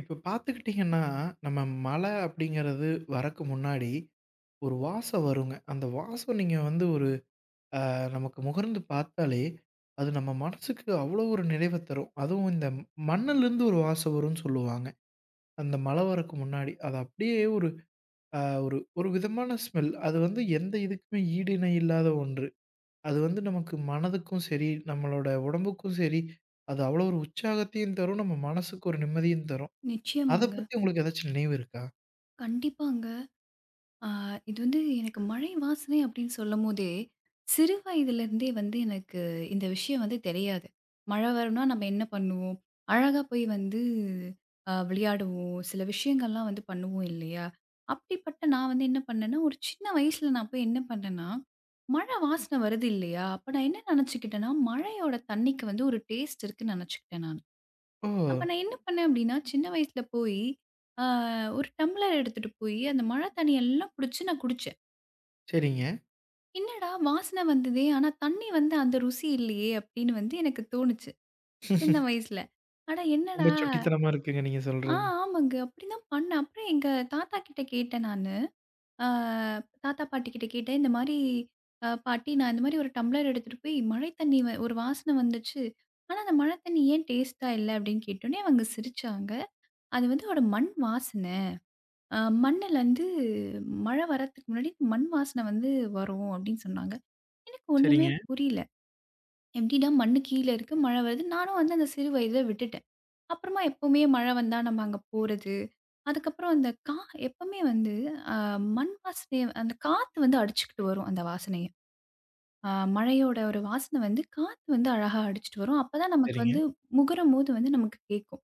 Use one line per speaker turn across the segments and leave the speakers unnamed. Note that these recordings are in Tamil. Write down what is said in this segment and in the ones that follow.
இப்ப பார்த்துக்கிட்டீங்கன்னா, நம்ம மழை அப்படிங்கிறது வரக்கு முன்னாடி, ஒரு வாசம் வருங்க. அந்த வாசம் நீங்க வந்து ஒரு நமக்கு முகர்ந்து பார்த்தாலே, அது நம்ம மனசுக்கு அவ்வளோ ஒரு நிறைவ தரும். அதுவும் இந்த மண்ணுலேருந்து ஒரு வாசம் வரும்ன்னு சொல்லுவாங்க. அந்த மழை வரக்கு முன்னாடி. அது அப்படியே ஒரு அ ஒரு ஒரு விதமான ஸ்மெல். அது வந்து எந்த இதுக்குமே ஈடு இணை இல்லாத ஒன்று. அது வந்து நமக்கு மனதுக்கும் சரி, நம்மளோட உடம்புக்கும் சரி, அது அவ்வளோ ஒரு உற்சாகத்தையும் தரும். நம்ம மனசுக்கு ஒரு நிம்மதியும் தரும். அத
நிச்சயமாங்க.
பத்தி உங்களுக்கு ஏதாச்சும் நினைவு இருக்கா?
கண்டிப்பாங்க. ஆ இது வந்து எனக்கு மழை வாசனை அப்படின்னு சொல்லும்போதே, சிறு வயதிலிருந்தே வந்து எனக்கு இந்த விஷயம் வந்து தெரியாது. மழை வரும்னா நம்ம என்ன பண்ணுவோம்? அழகா போய் வந்து விளையாடுவோம். சில விஷயங்கள்லாம் வந்து பண்ணுவோம் இல்லையா? அப்படிப்பட்ட நான் வந்து என்ன பண்ணேன்னா, ஒரு சின்ன வயசுல நான் போய் என்ன பண்ணேன்னா, மழை வாசனை வருது இல்லையா? அப்ப நான் என்ன நெனச்சுக்கிட்டேன்னா, மழையோட தண்ணிக்கு வந்து ஒரு டேஸ்ட் இருக்குன்னு நெனச்சுக்கிட்டேன் நானு.
ஓ!
அப்ப நான் என்ன பண்ணேன் அப்படின்னா, சின்ன வயசுல போயி, ஆ ஒரு டம்ளர் எடுத்துட்டு போயி, அந்த மழை தண்ணிய எல்லாம் புடிச்சு நான் குடிச்சேன்.
சரிங்க.
"என்னடா வாசனை வந்ததே! ஆனா தண்ணி வந்து அந்த ருசி இல்லையே!" அப்படின்னு வந்து எனக்கு தோணுச்சு, சின்ன வயசுல. அட என்னடா!
ரொம்ப சுட்டித்தனமா இருக்குங்க நீங்க
ஆ
சொல்றது.
ஆமாங்க. அப்படிதான் பண்ணேன். அப்புறம் எங்க தாத்தா கிட்ட கேட்டேன் நானு. ஆ தாத்தா, பாட்டி கிட்ட கேட்டேன். இந்த மாரி பாட்டி, நான் இந்த மாரி ஒரு டம்ளர் எடுத்துட்டு போய் மழை தண்ணி ஒரு வாசனை வந்துச்சு. ஆனா அந்த மழை தண்ணி ஏன் டேஸ்ட்டா இல்ல அப்படின்னு கேட்டோனே அவங்க சிரிச்சாங்க. அது வந்து ஒரு மண் வாசனை. அ மண்ணுலருந்து மழை வர்றதுக்கு முன்னாடி மண் வாசனை வந்து வரும் அப்படின்னு சொன்னாங்க. எனக்கு ஒண்ணுமே
சரிங்க,
புரியல. எப்படிடா மண்ணு கீழ இருக்கு, மழை வருது. நானும் வந்து அந்த சிறு வயதில விட்டுட்டேன். அப்புறமா எப்பவுமே மழை வந்தா நம்ம அங்க போறது. அதுக்கப்புறம் அந்த எப்பவுமே வந்து அ மண் வாசனைய அந்த காத்து வந்து அடிச்சுக்கிட்டு வரும் அந்த வாசனைய. அ மழையோட ஒரு வாசனை வந்து காத்து வந்து அழகா அடிச்சுட்டு வரும். அப்பதான் நமக்கு
சரிங்க.
வந்து முகரும்போது வந்து நமக்கு கேட்கும்.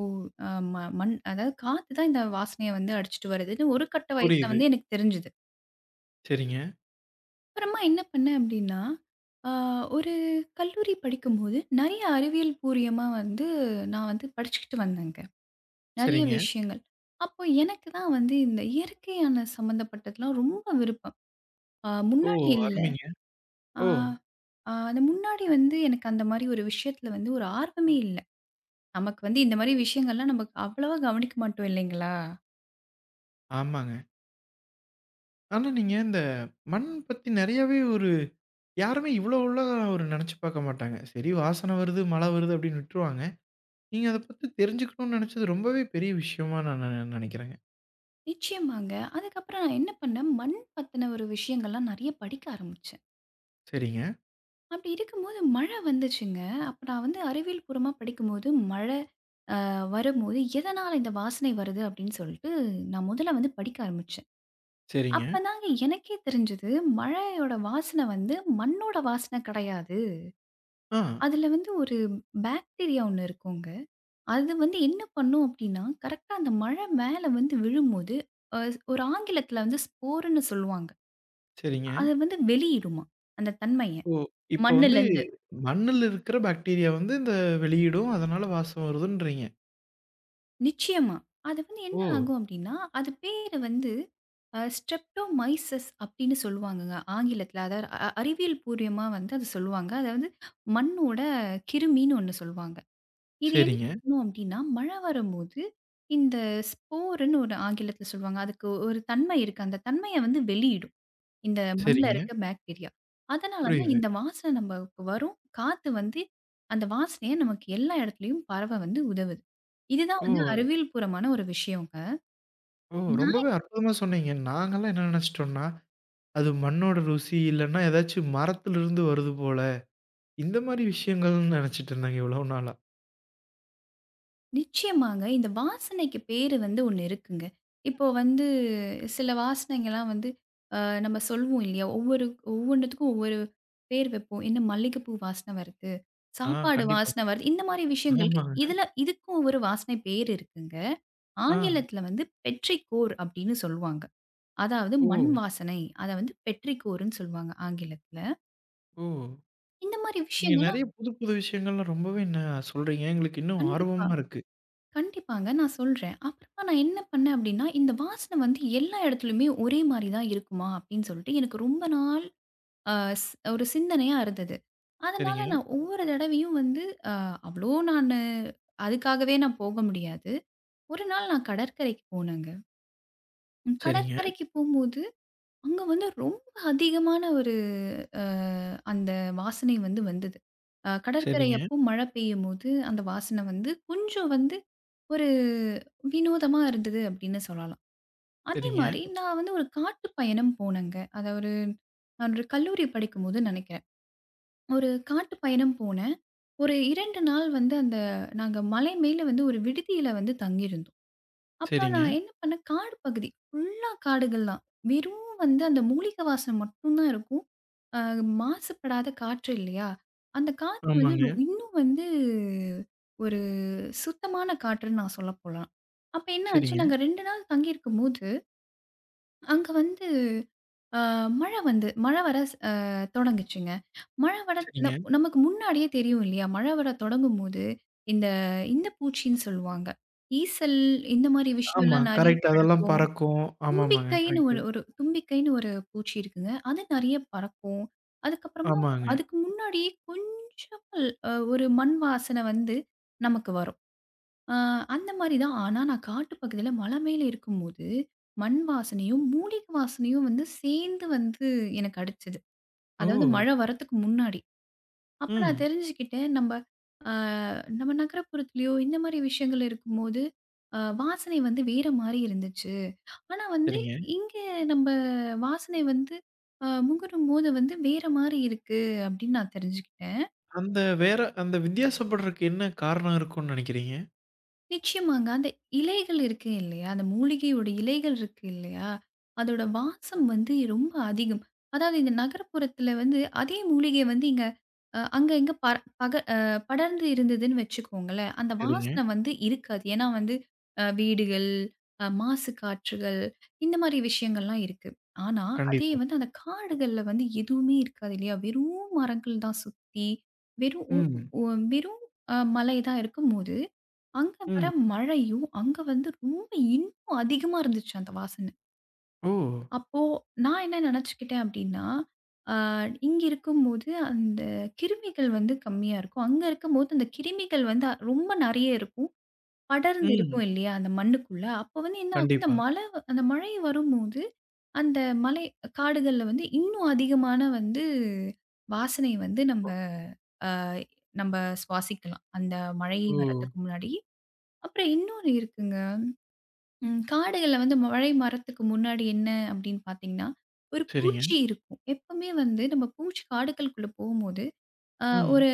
ஓ! அ ம மண் அதாவது காத்து தான் இந்த வாசனைய வந்து அடிச்சுட்டு வருதுன்னு ஒரு கட்ட வயசுல
புரியுது.
வந்து எனக்கு தெரிஞ்சுது.
சரிங்க,
அப்புறமா என்ன பண்ணேன் அப்படின்னா, ஆ ஒரு கல்லூரி படிக்கும்போது நெறைய அறிவியல் பூரியமா வந்து நான் வந்து படிச்சுக்கிட்டு வந்தேங்க. நெறைய
சரிங்க.
விஷயங்கள். அப்போ எனக்கு தான் வந்து இந்த இயற்கையான சம்மந்தப்பட்டதுலாம் ரொம்ப விருப்பம்.
ஓ!
முன்னாடி இல்ல.
அருமைங்க.
ஆ
ஓ!
ஆ அது முன்னாடி வந்து எனக்கு அந்த மாரி ஒரு விஷயத்துல வந்து ஒரு ஆர்வமே இல்ல. நமக்கு வந்து இந்த மாரி விஷயங்கள்லாம் நமக்கு அவ்வளவா கவனிக்க மாட்டோம் இல்லைங்களா?
ஆமாங்க. ஆனா நீங்க இந்த மண் பத்தி நெறையாவே ஒரு யாருமே இவ்வளோ உள்ள ஒரு நெனச்சு பாக்க மாட்டாங்க. சரி வாசன வருது, மழ வருது அப்படின்னு விட்டுருவாங்க. நீங்க அத பத்தி தெரிஞ்சுக்கணும்னு நெனச்சது ரொம்பவே பெரிய விஷயமா நான் நெனைக்கிறேங்க.
நிச்சயமாங்க. அதுக்கப்புறம் நான் என்ன பண்ணேன், மண் பத்தின ஒரு விஷயங்கள்லாம் நெறைய படிக்க ஆரம்பிச்சேன்.
சரிங்க,
அப்படி இருக்கும்போது மழை வந்துச்சுங்க. அப்ப நான் வந்து அறிவியல் பூர்வமா படிக்கும்போது, மழை வரும்போது, எதனால இந்த வாசனை வருது அப்படின்னு சொல்லிட்டு, நான் முதல்ல வந்து படிக்க ஆரம்பிச்சேன்.
சரிங்க.
அப்பதாங்க எனக்கே தெரிஞ்சது, மழையோட வாசனை வந்து மண்ணோட வாசனை கிடையாது.
ஆ,
அதுல வந்து ஒரு பாக்டீரியா ஒண்ணு இருக்குங்க. அது வந்து என்ன பண்ணும் அப்படின்னா, கரெக்ட்டா அந்த மழை மேல வந்து விழும்போது, அ ஒரு ஆங்கிலத்துல வந்து ஸ்போர்ன்னு சொல்லுவாங்க.
சரிங்க.
அத வந்து வெளியிடுமாம், அந்த தன்மைய.
ஓ! இப்போ வந்து
மண்ணுலருந்து.
மண்ணுல இருக்கிற பாக்டீரியா வந்து இந்த வெளியிடும், அதனால வாசம் வருதுன்றீங்க.
நிச்சயமா. அது வந்து என்ன
ஓ!
ஆகும் அப்டின்னா, அது பேரு வந்து ஸ்ட்ரெப்டோமைசஸ் அப்டின்னு சொல்லுவாங்கங்க ஆங்கிலத்தில. அதாவது அறிவியல் பூர்வமா வந்து அத சொல்லுவாங்க. அத வந்து மண்ணோட கிருமின்னு ஒண்ணு சொல்லுவாங்க. இது என்ன
சரிங்க.
பண்ணும் அப்டின்னா, மழை வரும்போது இந்த ஸ்போருன்னு ஒரு ஆங்கிலத்தில சொல்லுவாங்க. அதுக்கு ஒரு தன்மை இருக்கு. அந்த தன்மைய வந்து வெளியிடும். இந்த மண்ல
சரிங்க.
இருக்க பாக்டீரியா. அதனால தான்
புரியுது.
இந்த வாசனை நமக்கு வரும். காத்து வந்து அந்த வாசனைய நமக்கு எல்லா இடத்துலயும் பரவ வந்து உதவுது. இதுதான்
ஓ!
வந்து அறிவியல் பூர்வமான ஒரு விஷயங்க.
ஓ!
நான்
ரொம்பவே அற்புதமா சொன்னீங்க. நாங்கலாம் என்ன நெனச்சுட்டோம்னா, அது மண்ணோட ருசி இல்லன்னா, ஏதாச்சும் மரத்துலருந்து வருது போல, இந்த மாரி விஷயங்கள்னு நெனச்சுட்டு இருந்தேங்க இவ்வளோ நாளா.
நிச்சயமாங்க. இந்த வாசனைக்கு பேரு வந்து ஒண்ணு இருக்குங்க. இப்போ வந்து சில வாசனைங்கலாம் வந்து அ நம்ம சொல்வோம் இல்லையா? ஒவ்வொன்னுத்துக்கும் ஒவ்வொரு பேர் வைப்போம். என்ன, மல்லிகைப்பூ வாசனை வருது,
ஆ
சாப்பாடு
கண்டிப்பா.
வாசனை வருது. இந்த மாரி விஷயங்களுக்கு
ஆமாங்க.
இதுல இதுக்கும் ஒரு வாசனை பேர் இருக்குங்க.
ஆ.
ஆங்கிலத்தில வந்து பெட்ரிகோர் அப்படின்னு சொல்லுவாங்க. அதாவது
ஓ!
மண் வாசனை. அத வந்து பெட்ரிகோர்ன்னு சொல்லுவாங்க ஆங்கிலத்தில.
ஓ!
இந்த மாரி
நீங்க
விஷயங்கள்லாம்
நெறைய புது புது விஷயங்கள்லாம் ரொம்பவே என்ன சொல்றீங்க. எங்களுக்கு இன்னும்
கண்டிப்பா,
ஆர்வமா இருக்கு.
கண்டிப்பாங்க நான் சொல்றேன். அப்புறமா நான் என்ன பண்ணேன் அப்படின்னா, இந்த வாசனை வந்து எல்லா இடத்துலயுமே ஒரே மாரி தான் இருக்குமா அப்படின்னு சொல்லிட்டு எனக்கு ரொம்ப நாள் அ ஸ் ஒரு சிந்தனையா இருந்தது. அதனால
சரிங்க,
நான் ஒவ்வொரு தடவையும் வந்து அ அவ்வளோ நானு அதுக்காகவே நான் போக முடியாது. ஒரு நாள் நான் கடற்கரைக்கு போனேங்க.
சரிங்க,
கடற்கரைக்கு போம்போது அங்க வந்து ரொம்ப அதிகமான ஒரு அ அந்த வாசனை வந்து வந்தது. கடற்கரை
சரிங்க,
அப்போ மழை பெய்யும்போது அந்த வாசனை வந்து கொஞ்சம் வந்து ஒரு வினோதமா இருந்தது அப்படின்னு சொல்லலாம். அதே
சரிங்க,
மாரி நான் வந்து ஒரு காட்டு பயணம் போனேங்க. அத ஒரு நான் ஒரு கல்லூரி படிக்கும்போது நெனைக்கிறேன். ஒரு காட்டு பயணம் போனேன். ஒரு 2 நாள் வந்து அந்த நாங்க மலை மேல வந்து ஒரு விடுதியில வந்து தங்கியிருந்தோம். அப்ப
சரிங்க.
நான் என்ன பண்ணேன், காடு பகுதி. ஃபுல்லா காடுகள் தான். வெறும் வந்து அந்த மூலிகை வாசம் மட்டும் தான் இருக்கும். அ மாசுபடாத காற்று இல்லையா? அந்த காத்து வந்து
ஆமாங்க.
இன்னும் வந்து ஒரு சுத்தமான காற்றுன்னு நான் சொல்ல போலாம். அப்ப என்ன
சரிங்க,
ஆச்சு, நாங்க 2 நாள் தங்கியிருக்கும்போது, அங்க வந்து அ மழை வந்து மழை வர ஸ் அ தொடங்குச்சுங்க. மழை வர ந
சரிங்க.
நமக்கு முன்னாடியே தெரியும் இல்லையா? மழை வர தொடங்கும்போது, இந்த இந்த பூச்சின்னு சொல்லுவாங்க. ஈசல். இந்த மாரி
ஆமா.
விஷயம்லாம் நெறைய
கரெக்ட். அதெல்லாம்
நடக்கும்.
பறக்கும். ஆமாமாங்க. கரெக்ட்டு.
தும்பிக்கைன்னு ஒரு பூச்சி இருக்குங்க. அது நெறைய பறக்கும். அதுக்கப்புறமா
ஆமாங்க.
அதுக்கு முன்னாடியே கொஞ்சம் ஒரு மண் வாசனை வந்து நமக்கு வரும். அ அந்த மாரி தான். ஆனா நான் காட்டு பகுதியில மலை மேல இருக்கும்போது, மண் வாசனையும், மூலிகை வாசனையும் வந்து சேர்ந்து வந்து எனக்கு அடிச்சது.
ஓ!
அதாவது மழை வரத்துக்கு முன்னாடி. அப்ப நான்
ம்.
தெரிஞ்சுக்கிட்டேன், அ நம்ம நகரப்புறத்திலயோ இந்த மாரி விஷயங்கள் இருக்கும்போது, வாசனை வந்து வேற மாரி இருந்துச்சு. ஆனா வந்து,
சரிங்க.
இங்க நம்ப வாசனை வந்து முகரும்போது வந்து வேற மாரி இருக்கு அப்படின்னு நான் தெரிஞ்சுக்கிட்டேன்.
அந்த வித்தியாசப்படுறக்கு என்ன காரணம் இருக்கும்னு நினைக்கிறீங்க?
நிச்சயமாங்க. அந்த இலைகள் இருக்கு இல்லையா? அந்த மூலிகையோட இலைகள் இருக்கு இல்லையா? அதோட வாசம் வந்து ரொம்ப அதிகம். அதாவது இந்த நகரப்புறத்துல வந்து அதே மூலிகை வந்து இங்க அ அங்க இங்க ப பக அ படர்ந்து இருந்ததுன்னு வச்சுக்கோங்களேன். அந்த
சரிங்க.
வாசனை வந்து இருக்காது. ஏன்னா வந்து வீடுகள், மாசு காற்றுகள், இந்த மாரி விஷயங்கள்லாம் இருக்கு. ஆனா, அதே
கண்டிப்பா.
வந்து அந்த காடுகள்ல வந்து எதுவுமே இருக்காது இல்லையா? வெறும் மரங்கள் தான் சுத்தி. வெறும் ஒ
ம்.
ஒ வெறும் மலை தான் இருக்கும்போது அங்க வர
ம்.
மழையும், அங்க வந்து ரொம்ப இன்னும் அதிகமா இருந்துச்சு அந்த வாசனை.
ஓ!
அப்போ நான் என்ன நெனச்சுக்கிட்டேன் அப்டின்னா, ஆ இங்க இருக்கும்போது அந்த கிருமிகள் வந்து கம்மியா இருக்கும். அங்க இருக்கும்போது அந்த கிருமிகள் வந்து ரொம்ப நெறைய இருக்கும். படர்ந்து
ம்.
இருக்கும் இல்லையா? அந்த மண்ணுக்குள்ள. அப்போ வந்து என்ன ஆகும், இந்த
கண்டிப்பா.
மழை அந்த மழை வரும்போது, அந்த மலை காடுகள்ல வந்து இன்னும் அதிகமான வந்து வாசனை வந்து நம்ப
ஒ
நம்ப சுவாசிக்கலாம். அந்த மழை
ஓ!
வர்றதுக்கு முன்னாடி. அப்புறம் இன்னொன்னு இருக்குங்க. ம். காடுகள்ல வந்து மழை மரத்துக்கு முன்னாடி என்ன அப்படின்னு பார்த்தீங்கன்னா, ஒரு
சரிங்க.
பூச்சி இருக்கும். எப்பவுமே வந்து நம்ம பூச்சி காடுகளுக்குள்ள போம்போது, அ
ம்.
ஒரு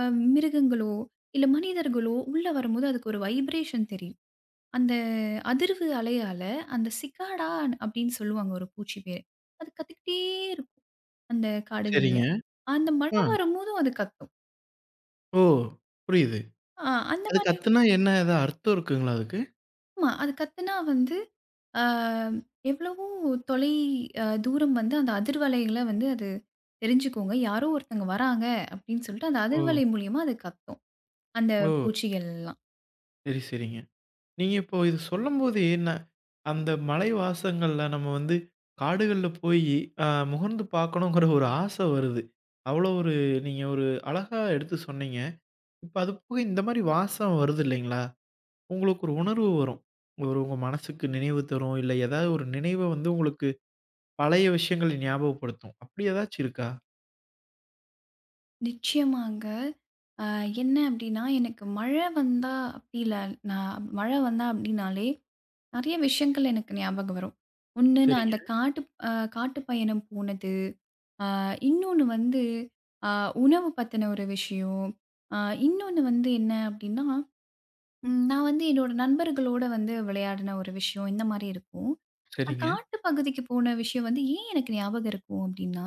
அ மிருகங்களோ, இல்ல மனிதர்களோ உள்ள வரும்போது அதுக்கு ஒரு வைப்ரேஷன் தெரியும். அந்த அதிர்வு அலையால அந்த சிக்காடா அப்படின்னு சொல்லுவாங்க, ஒரு பூச்சி பேரு. அது கத்திக்கிட்டே இருக்கும் அந்த காடுகள்ல.
சரிங்க.
அந்த
ஆ.
மழை வரும்போதும் அது கத்தும்.
ஓ! புரியுது.
அ அந்த
அது
மாரி.
கத்துனா என்ன ஏதாவது அர்த்தம் இருக்குங்களா அதுக்கு?
ஆமா, அது கத்துனா வந்து, ஆ எவ்வளவோ தொலை தூரம் வந்து அந்த அதிர்வலைகள வந்து அது தெரிஞ்சுக்குங்க. யாரோ ஒருத்தங்க வராங்க அப்படின்னு சொல்லிட்டு, அந்த
ஓ!
அதிர்வலை மூலியமா அது கத்தும். அந்த
ஓ!
பூச்சிகள்லாம்.
சரி, சரிங்க. நீங்க இப்போ இது சொல்லும்போதே நான் அந்த மலை வாசங்கள்ல நம்ம வந்து காடுகள்ல போயி முகர்ந்து பார்க்கணுங்கிற ஒரு ஆசை வருது. அவ்வளோ ஒரு நீங்க ஒரு அழகா எடுத்து சொன்னீங்க. இப்ப அது போக இந்த மாரி வாசம் வருது இல்லைங்களா? உங்களுக்கு ஒரு உணர்வு வரும். உங்க மனசுக்கு நினைவு தரும். இல்ல ஏதாவது ஒரு நினைவ வந்து உங்களுக்கு பழைய விஷயங்களை ஞாபகப்படுத்தும். அப்படி ஏதாச்சும் இருக்கா?
நிச்சயமாங்க. அ என்ன அப்படின்னா, எனக்கு மழை வந்தா அப்படி இல்ல. நான் மழை வந்தா அப்படின்னாலே, நெறைய விஷயங்கள் எனக்கு ஞாபகம் வரும். ஒண்ணு, நான்
சரிங்க,
அந்த காட்டு அ காட்டு பயணம் போனது. ஆ இன்னொன்னு வந்து ஆ உணவு பத்தின ஒரு விஷயம். ஆ இன்னொன்னு வந்து என்ன அப்டின்னா, நான் வந்து என்னோட நண்பர்களோட வந்து விளையாடின ஒரு விஷயம் இந்த மாரி இருக்கும். நான்
சரிங்க,
காட்டு பகுதிக்கு போன விஷயம் வந்து ஏன் எனக்கு ஞாபகம் இருக்கும் அப்டின்னா,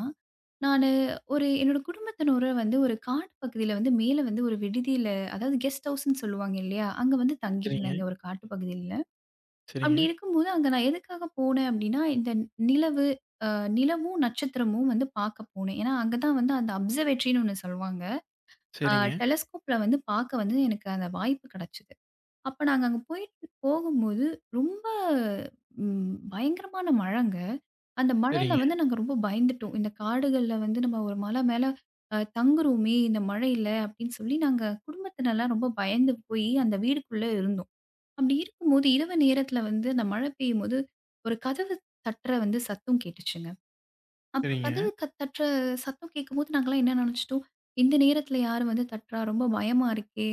நானு ஒரு என்னோட குடும்பத்தினரோட வந்து ஒரு காட்டு பகுதியில வந்து மேல வந்து ஒரு விடுதியில, அதாவது கெஸ்ட் ஹவுஸ்ன்னு சொல்லுவாங்க இல்லையா? அங்க வந்து
சரிங்க,
தங்கியிருந்தேங்க ஒரு காட்டு பகுதியில.
சரிங்க,
அப்டி இருக்கும்போது அங்க நான் எதுக்காக போனேன் அப்டின்னா, இந்த நிலவு நிலவும், நட்சத்திரமும் வந்து பார்க்க போனேன். ஏன்னா, அங்க தான் வந்து அந்த அப்சர்வேட்டரின்னு ஒண்ணு சொல்லுவாங்க. அ
சரிங்க,
டெலஸ்கோப்ல வந்து பார்க்க வந்து எனக்கு அந்த வாய்ப்பு கிடைச்சது. அப்ப நாங்க அங்க போயிட்டு போகும்போது ரொம்ப பயங்கரமான மழைங்க. அந்த மழையில
சரிங்க,
வந்து நாங்க ரொம்ப பயந்துட்டோம். இந்த காடுகள்ல வந்து நம்ம ஒரு மலை மேல தங்குறோமே இந்த மழையில அப்படின்னு சொல்லி நாங்க குடும்பத்தினர்லாம் ரொம்ப பயந்து போய் அந்த வீடுக்குள்ள இருந்தோம். அப்படி இருக்கும்போது இரவு நேரத்தில வந்து அந்த மழை பெய்யும்போது ஒரு கதவு தட்டுற வந்து சத்தம் கேட்டுச்சுங்க. அப்ப
சரிங்க.
கதவு தட்டுற சத்தம் கேட்கும்போது நாங்கலாம் என்ன நெனச்சுட்டோம், இந்த நேரத்துல யாரு வந்து தட்டுறா? ரொம்ப பயமா இருக்கே!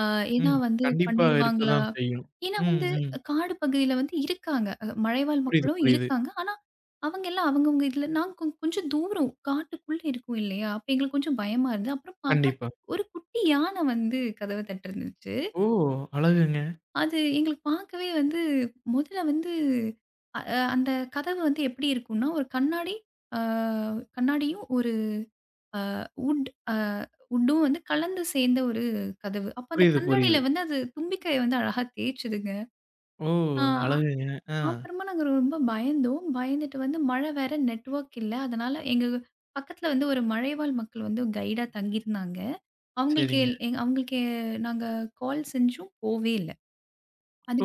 அ ஏன்னா
ம்.
வந்து
கண்டிப்பா இருக்க
பண்ணிருவாங்களா?
தான் செய்யும்.
ஏன்னா
ம்,
வந்து
ம்.
காடு பகுதியில வந்து இருக்காங்க. மலைவாழ்
புரியுது,
மக்களும்
புரியுது.
இருக்காங்க. ஆனா, அவங்க எல்லாம் அவங்கவங்க இதுல நாங்க கொஞ்சம் தூரம் காட்டுக்குள்ள இருக்கோம் இல்லையா? அப்ப எங்களுக்கு கொஞ்சம் பயமா இருந்தது. அப்புறம் பார்த்தா
கண்டிப்பா.
ஒரு குட்டி யான வந்து கதவ தட்டிருந்துச்சு.
ஓ! அழகுங்க.
அது எங்களுக்கு பார்க்கவே வந்து முதல்ல வந்து அ அ, அந்த கதவு வந்து எப்படி இருக்கும்னா, ஒரு அ கண்ணாடியும் ஒரு வுட் அ வுட்டும் வந்து கலந்து சேர்ந்த ஒரு கதவு. அப்ப அந்த
புரியுது, புரியுது.
கண்ணாடியில வந்து அது தும்பிக்கைய வந்து அழகா தேய்ச்சுதுங்க.
ஓ!
ஆ
அழகுங்க. ஆ.
அப்புறமா நாங்க ரொம்ப பயந்தோம். பயந்துட்டு வந்து, மழை, வேற நெட்வொர்க் இல்ல. அதனால எங்க பக்கத்துல வந்து ஒரு மலைவாழ் மக்கள் வந்து கைடா தங்கியிருந்தாங்க. அவங்களுக்கு
சரிங்க.
நாங்க கால் செஞ்சும் போவே இல்ல.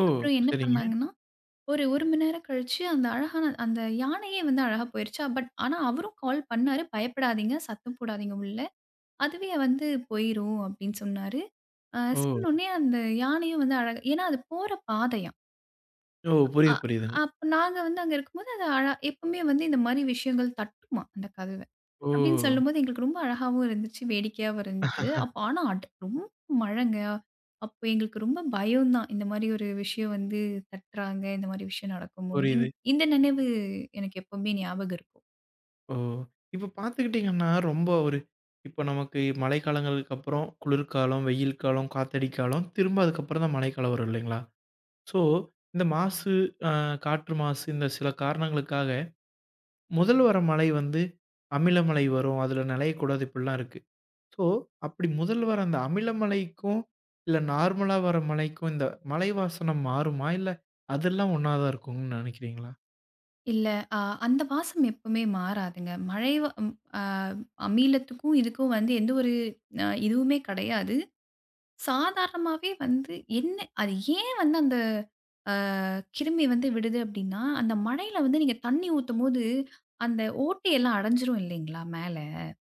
ஓ!
என்ன
சரிங்க.
பண்ணாங்கன்னா, ஒரு 1 மணி நேரம் கழிச்சு அந்த அழகான அந்த யானையே வந்து அழகா போயிருச்சா, பட் ஆனா அவரும் கால் பண்ணாரு. "பயப்படாதீங்க, சத்தம் போடாதீங்க உள்ள. அதுவே வந்து போயிரும்" அப்படின்னு சொன்னாரு. அ
ஓ!
சொன்னோனே, அந்த யானையும் வந்து அழகா, ஏன்னா அது போற பாதையாம்.
ஓ!
அ
புரியுது, புரியுதுங்க.
அப்ப நாங்க வந்து அங்க இருக்கும்போது அது எப்பவுமே வந்து இந்த மாரி விஷயங்கள் தட்டுமாம் அந்த கதவு.
ஓ!
அப்படின்னு சொல்லும்போது எங்களுக்கு ரொம்ப அழகாவும் இருந்துச்சு. வேடிக்கையாவும் இருந்துச்சு. அப்ப ஆனா அட் ரொம்ப மழைங்க. அப்ப எங்களுக்கு ரொம்ப பயம் தான். இந்த மாரி ஒரு விஷயம் வந்து தட்டுறாங்க. இந்த மாரி விஷயம் நடக்குமோ!
புரியுது.
இந்த நினைவு எனக்கு எப்பவுமே ஞாபகம் இருக்கும்.
ஓ! இப்ப பார்த்துக்கிட்டீங்கன்னா, ரொம்ப ஒரு இப்ப நமக்கு மழைக்காலங்களுக்கு அப்புறம் குளிர்காலம், வெயில் காலம், காத்தடிக் காலம், திரும்ப அதுக்கப்புறம் தான் மழைக்காலம் வரும் இல்லைங்களா? ஸோ, இந்த மாசு அ காற்று மாசு இந்த சில காரணங்களுக்காக முதல் வர மழை வந்து அமில மழை வரும். அதுல நனையக்கூடாது இப்படிலாம் இருக்கு. ஸோ, அப்படி முதல் வர அந்த அமில மழைக்கும், இல்ல நார்மலா வர மழைக்கும் இந்த மலை வாசனம் மாறுமா? இல்ல அதெல்லாம் ஒண்ணா தான் இருக்கும்னு நினைக்கிறீங்களா?
இல்ல, அ அந்த வாசம் எப்பவுமே மாறாதுங்க. மழை வ ம் அ அமிலத்துக்கும் இதுக்கும் வந்து எந்த ஒரு இதுவுமே கிடையாது. சாதாரணமாவே வந்து என்ன அது, ஏன் வந்து அந்த கிருமி வந்து விடுது அப்படின்னா, அந்த மழையில வந்து நீங்க தண்ணி ஊத்தும்போது, அந்த ஓட்டையெல்லாம் அடைஞ்சிரும் இல்லைங்களா மேல?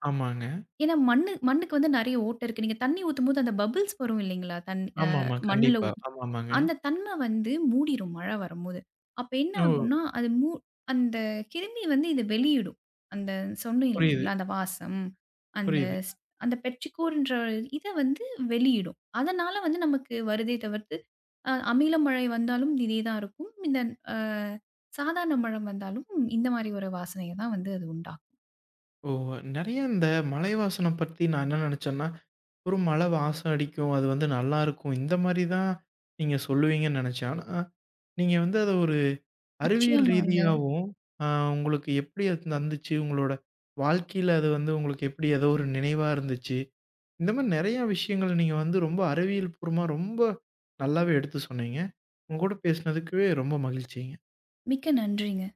ஆமாங்க.
ஏன்னா மண்ணுக்கு வந்து நெறைய ஓட்டை இருக்கு. நீங்க தண்ணி ஊத்தும்போது அந்த பபிள்ஸ் வரும் இல்லைங்களா? தண் அ
ஆமாமா.
மண்ணுல
கண்டிப்பா.
ஊத்
ஆமாமாங்க.
அந்த தன்மை வந்து மூடிரும் மழை வரும்போது. அப்ப என்ன ஆகும்னா,
ஓ!
அது அந்த கிருமி வந்து இத வெளியிடும். அந்த சொன்னேன்
புரியுது,
இல்லைங்களா? அந்த வாசம், அந்த
புரியுது.
ஸ் அந்த பெர்சிக்யூர்ன்ற இத வந்து வெளியிடும். அதனால வந்து நமக்கு வருதே தவிர்த்து, அமில மழை வந்தாலும் இதே தான் இருக்கும். இந்த அ சாதாரண மழை வந்தாலும் இந்த மாரி ஒரு வாசனைய தான் வந்து அது உண்டாக்கும்.
ஓ! நெறைய இந்த மலை வாசனம் பத்தி நான் என்ன நெனச்சேன்னா, ஒரு மழை வாசம் அடிக்கும். அது வந்து நல்லாருக்கும். இந்த மாரி தான் நீங்க சொல்லுவீங்கன்னு நெனச்சேன். ஆனா, நீங்க வந்து அத ஒரு அறிவியல்
நிச்சயமாங்க.
ரீதியாவும், அ உங்களுக்கு எப்படி அது நடந்துச்சு? உங்களோட வாழ்க்கையில அது வந்து உங்களுக்கு எப்படி ஏதோ ஒரு நினைவா இருந்துச்சு? இந்த மாரி நெறைய விஷயங்கள் நீங்க வந்து ரொம்ப அறிவியல் பூர்வமா ரொம்ப நல்லாவே எடுத்து சொன்னீங்க. உங்க கூட பேசினதுக்கு ரொம்ப மகிழ்ச்சிங்க.
மிக்க நன்றிங்க.